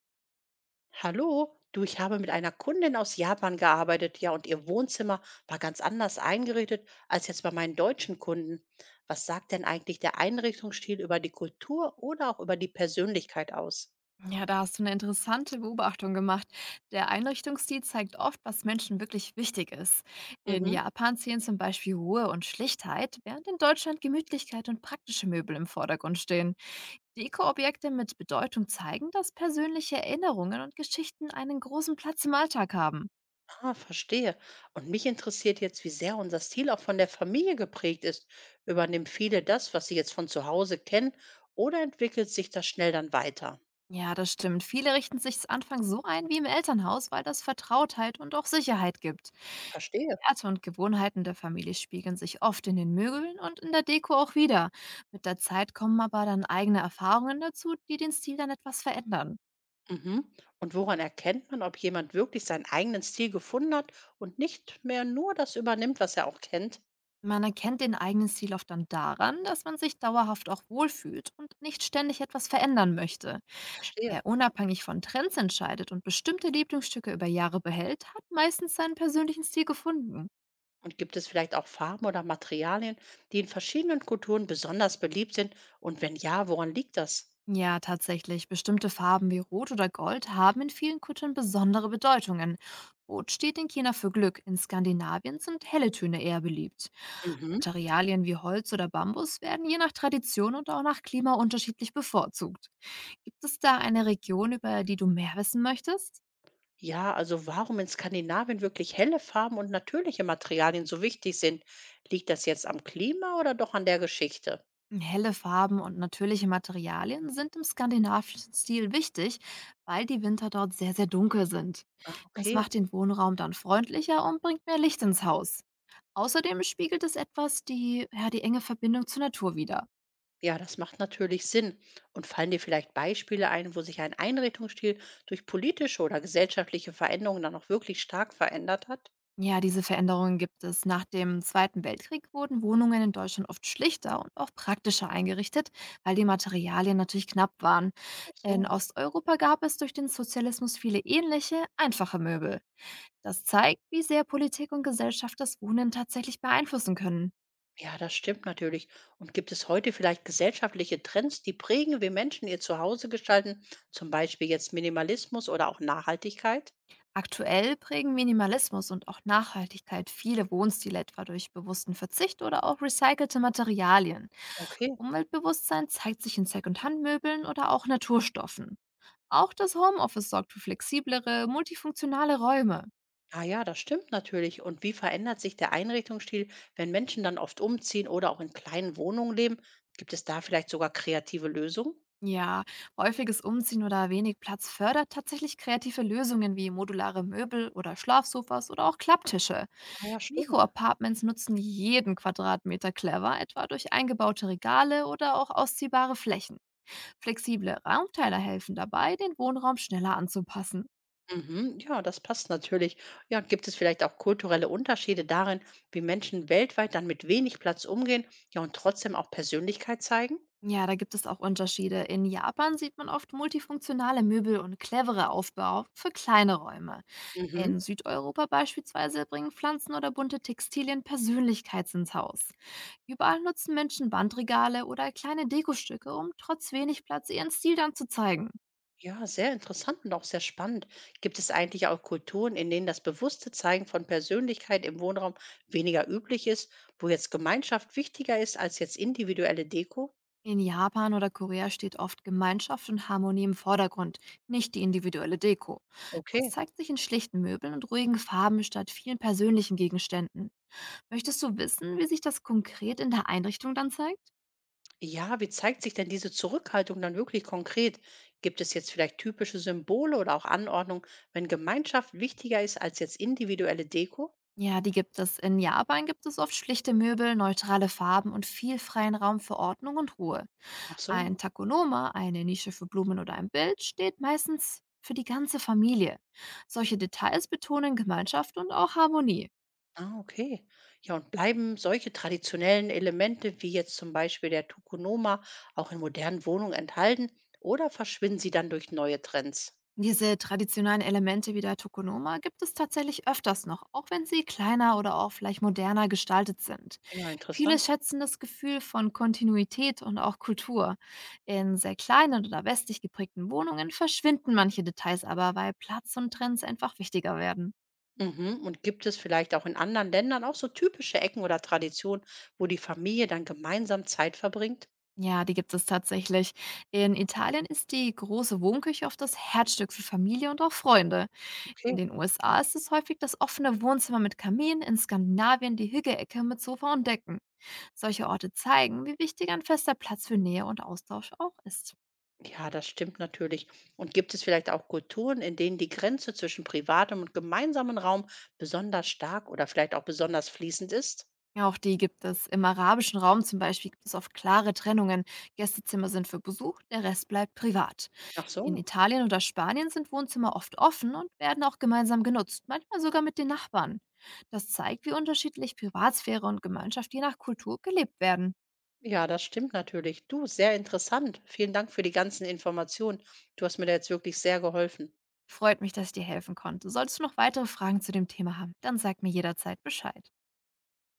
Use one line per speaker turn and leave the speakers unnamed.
Hallo, du, ich habe mit einer Kundin aus Japan gearbeitet, ja, und ihr Wohnzimmer war ganz anders eingerichtet als jetzt bei meinen deutschen Kunden. Was sagt denn eigentlich der Einrichtungsstil über die Kultur oder auch über die Persönlichkeit aus?
Ja, da hast du eine interessante Beobachtung gemacht. Der Einrichtungsstil zeigt oft, was Menschen wirklich wichtig ist. In
Mhm.
Japan zählen zum Beispiel Ruhe und Schlichtheit, während in Deutschland Gemütlichkeit und praktische Möbel im Vordergrund stehen. Deko-Objekte mit Bedeutung zeigen, dass persönliche Erinnerungen und Geschichten einen großen Platz im Alltag haben.
Ah, verstehe. Und mich interessiert jetzt, wie sehr unser Stil auch von der Familie geprägt ist. Übernehmen viele das, was sie jetzt von zu Hause kennen, oder entwickelt sich das schnell dann weiter?
Ja, das stimmt. Viele richten sich anfangs so ein wie im Elternhaus, weil das Vertrautheit und auch Sicherheit gibt.
Verstehe.
Werte und Gewohnheiten der Familie spiegeln sich oft in den Möbeln und in der Deko auch wieder. Mit der Zeit kommen aber dann eigene Erfahrungen dazu, die den Stil dann etwas verändern.
Mhm. Und woran erkennt man, ob jemand wirklich seinen eigenen Stil gefunden hat und nicht mehr nur das übernimmt, was er auch kennt?
Man erkennt den eigenen Stil oft dann daran, dass man sich dauerhaft auch wohlfühlt und nicht ständig etwas verändern möchte.
Verstehe.
Wer unabhängig von Trends entscheidet und bestimmte Lieblingsstücke über Jahre behält, hat meistens seinen persönlichen Stil gefunden.
Und gibt es vielleicht auch Farben oder Materialien, die in verschiedenen Kulturen besonders beliebt sind? Und wenn ja, woran liegt das?
Ja, tatsächlich. Bestimmte Farben wie Rot oder Gold haben in vielen Kulturen besondere Bedeutungen. Rot steht in China für Glück, in Skandinavien sind helle Töne eher beliebt.
Mhm.
Materialien wie Holz oder Bambus werden je nach Tradition und auch nach Klima unterschiedlich bevorzugt. Gibt es da eine Region, über die du mehr wissen möchtest?
Ja, also warum in Skandinavien wirklich helle Farben und natürliche Materialien so wichtig sind? Liegt das jetzt am Klima oder doch an der Geschichte?
Helle Farben und natürliche Materialien sind im skandinavischen Stil wichtig, weil die Winter dort sehr, sehr dunkel sind. Das
Okay.
macht den Wohnraum dann freundlicher und bringt mehr Licht ins Haus. Außerdem spiegelt es etwas die, ja, die enge Verbindung zur Natur wider.
Ja, das macht natürlich Sinn. Und fallen dir vielleicht Beispiele ein, wo sich ein Einrichtungsstil durch politische oder gesellschaftliche Veränderungen dann auch wirklich stark verändert hat?
Ja, diese Veränderungen gibt es. Nach dem Zweiten Weltkrieg wurden Wohnungen in Deutschland oft schlichter und auch praktischer eingerichtet, weil die Materialien natürlich knapp waren.
Ach
In
so.
Osteuropa gab es durch den Sozialismus viele ähnliche, einfache Möbel. Das zeigt, wie sehr Politik und Gesellschaft das Wohnen tatsächlich beeinflussen können.
Ja, das stimmt natürlich. Und gibt es heute vielleicht gesellschaftliche Trends, die prägen, wie Menschen ihr Zuhause gestalten, zum Beispiel jetzt Minimalismus oder auch Nachhaltigkeit?
Aktuell prägen Minimalismus und auch Nachhaltigkeit viele Wohnstile etwa durch bewussten Verzicht oder auch recycelte Materialien.
Okay.
Umweltbewusstsein zeigt sich in Secondhand-Möbeln oder auch Naturstoffen. Auch das Homeoffice sorgt für flexiblere, multifunktionale Räume.
Ah ja, das stimmt natürlich. Und wie verändert sich der Einrichtungsstil, wenn Menschen dann oft umziehen oder auch in kleinen Wohnungen leben? Gibt es da vielleicht sogar kreative Lösungen?
Ja, häufiges Umziehen oder wenig Platz fördert tatsächlich kreative Lösungen wie modulare Möbel oder Schlafsofas oder auch Klapptische.
Ah ja, stimmt.
Mikroapartments nutzen jeden Quadratmeter clever, etwa durch eingebaute Regale oder auch ausziehbare Flächen. Flexible Raumteiler helfen dabei, den Wohnraum schneller anzupassen.
Mhm, ja, das passt natürlich. Ja, gibt es vielleicht auch kulturelle Unterschiede darin, wie Menschen weltweit dann mit wenig Platz umgehen, ja, und trotzdem auch Persönlichkeit zeigen?
Ja, da gibt es auch Unterschiede. In Japan sieht man oft multifunktionale Möbel und clevere Aufbau für kleine Räume.
Mhm.
In Südeuropa beispielsweise bringen Pflanzen oder bunte Textilien Persönlichkeit ins Haus. Überall nutzen Menschen Bandregale oder kleine Dekostücke, um trotz wenig Platz ihren Stil dann zu zeigen.
Ja, sehr interessant und auch sehr spannend. Gibt es eigentlich auch Kulturen, in denen das bewusste Zeigen von Persönlichkeit im Wohnraum weniger üblich ist, wo jetzt Gemeinschaft wichtiger ist als jetzt individuelle Deko?
In Japan oder Korea steht oft Gemeinschaft und Harmonie im Vordergrund, nicht die individuelle Deko. Das
Okay.
zeigt sich in schlichten Möbeln und ruhigen Farben statt vielen persönlichen Gegenständen. Möchtest du wissen, wie sich das konkret in der Einrichtung dann zeigt?
Ja, wie zeigt sich denn diese Zurückhaltung dann wirklich konkret? Gibt es jetzt vielleicht typische Symbole oder auch Anordnungen, wenn Gemeinschaft wichtiger ist als jetzt individuelle Deko?
Ja, die gibt es. In Japan gibt es oft schlichte Möbel, neutrale Farben und viel freien Raum für Ordnung und Ruhe.
Ach
Ein
so.
Takonoma, eine Nische für Blumen oder ein Bild steht meistens für die ganze Familie. Solche Details betonen Gemeinschaft und auch Harmonie.
Ah, okay. Ja, und bleiben solche traditionellen Elemente wie jetzt zum Beispiel der Tukonoma auch in modernen Wohnungen enthalten oder verschwinden sie dann durch neue Trends?
Diese traditionellen Elemente wie der Tokonoma gibt es tatsächlich öfters noch, auch wenn sie kleiner oder auch vielleicht moderner gestaltet sind.
Ja,
Viele
interessant.
schätzen das Gefühl von Kontinuität und auch Kultur. In sehr kleinen oder westlich geprägten Wohnungen verschwinden manche Details aber, weil Platz und Trends einfach wichtiger werden.
Mhm. Und gibt es vielleicht auch in anderen Ländern auch so typische Ecken oder Traditionen, wo die Familie dann gemeinsam Zeit verbringt?
Ja, die gibt es tatsächlich. In Italien ist die große Wohnküche oft das Herzstück für Familie und auch Freunde. In
Okay.
den USA ist es häufig das offene Wohnzimmer mit Kamin, in Skandinavien die Hügelecke mit Sofa und Decken. Solche Orte zeigen, wie wichtig ein fester Platz für Nähe und Austausch auch ist.
Ja, das stimmt natürlich. Und gibt es vielleicht auch Kulturen, in denen die Grenze zwischen privatem und gemeinsamen Raum besonders stark oder vielleicht auch besonders fließend ist?
Ja, auch die gibt es. Im arabischen Raum zum Beispiel gibt es oft klare Trennungen. Gästezimmer sind für Besuch, der Rest bleibt privat.
Ach
In
so.
Italien oder Spanien sind Wohnzimmer oft offen und werden auch gemeinsam genutzt, manchmal sogar mit den Nachbarn. Das zeigt, wie unterschiedlich Privatsphäre und Gemeinschaft je nach Kultur gelebt werden.
Ja, das stimmt natürlich. Du, sehr interessant. Vielen Dank für die ganzen Informationen. Du hast mir da jetzt wirklich sehr geholfen.
Freut mich, dass ich dir helfen konnte. Solltest du noch weitere Fragen zu dem Thema haben, dann sag mir jederzeit Bescheid.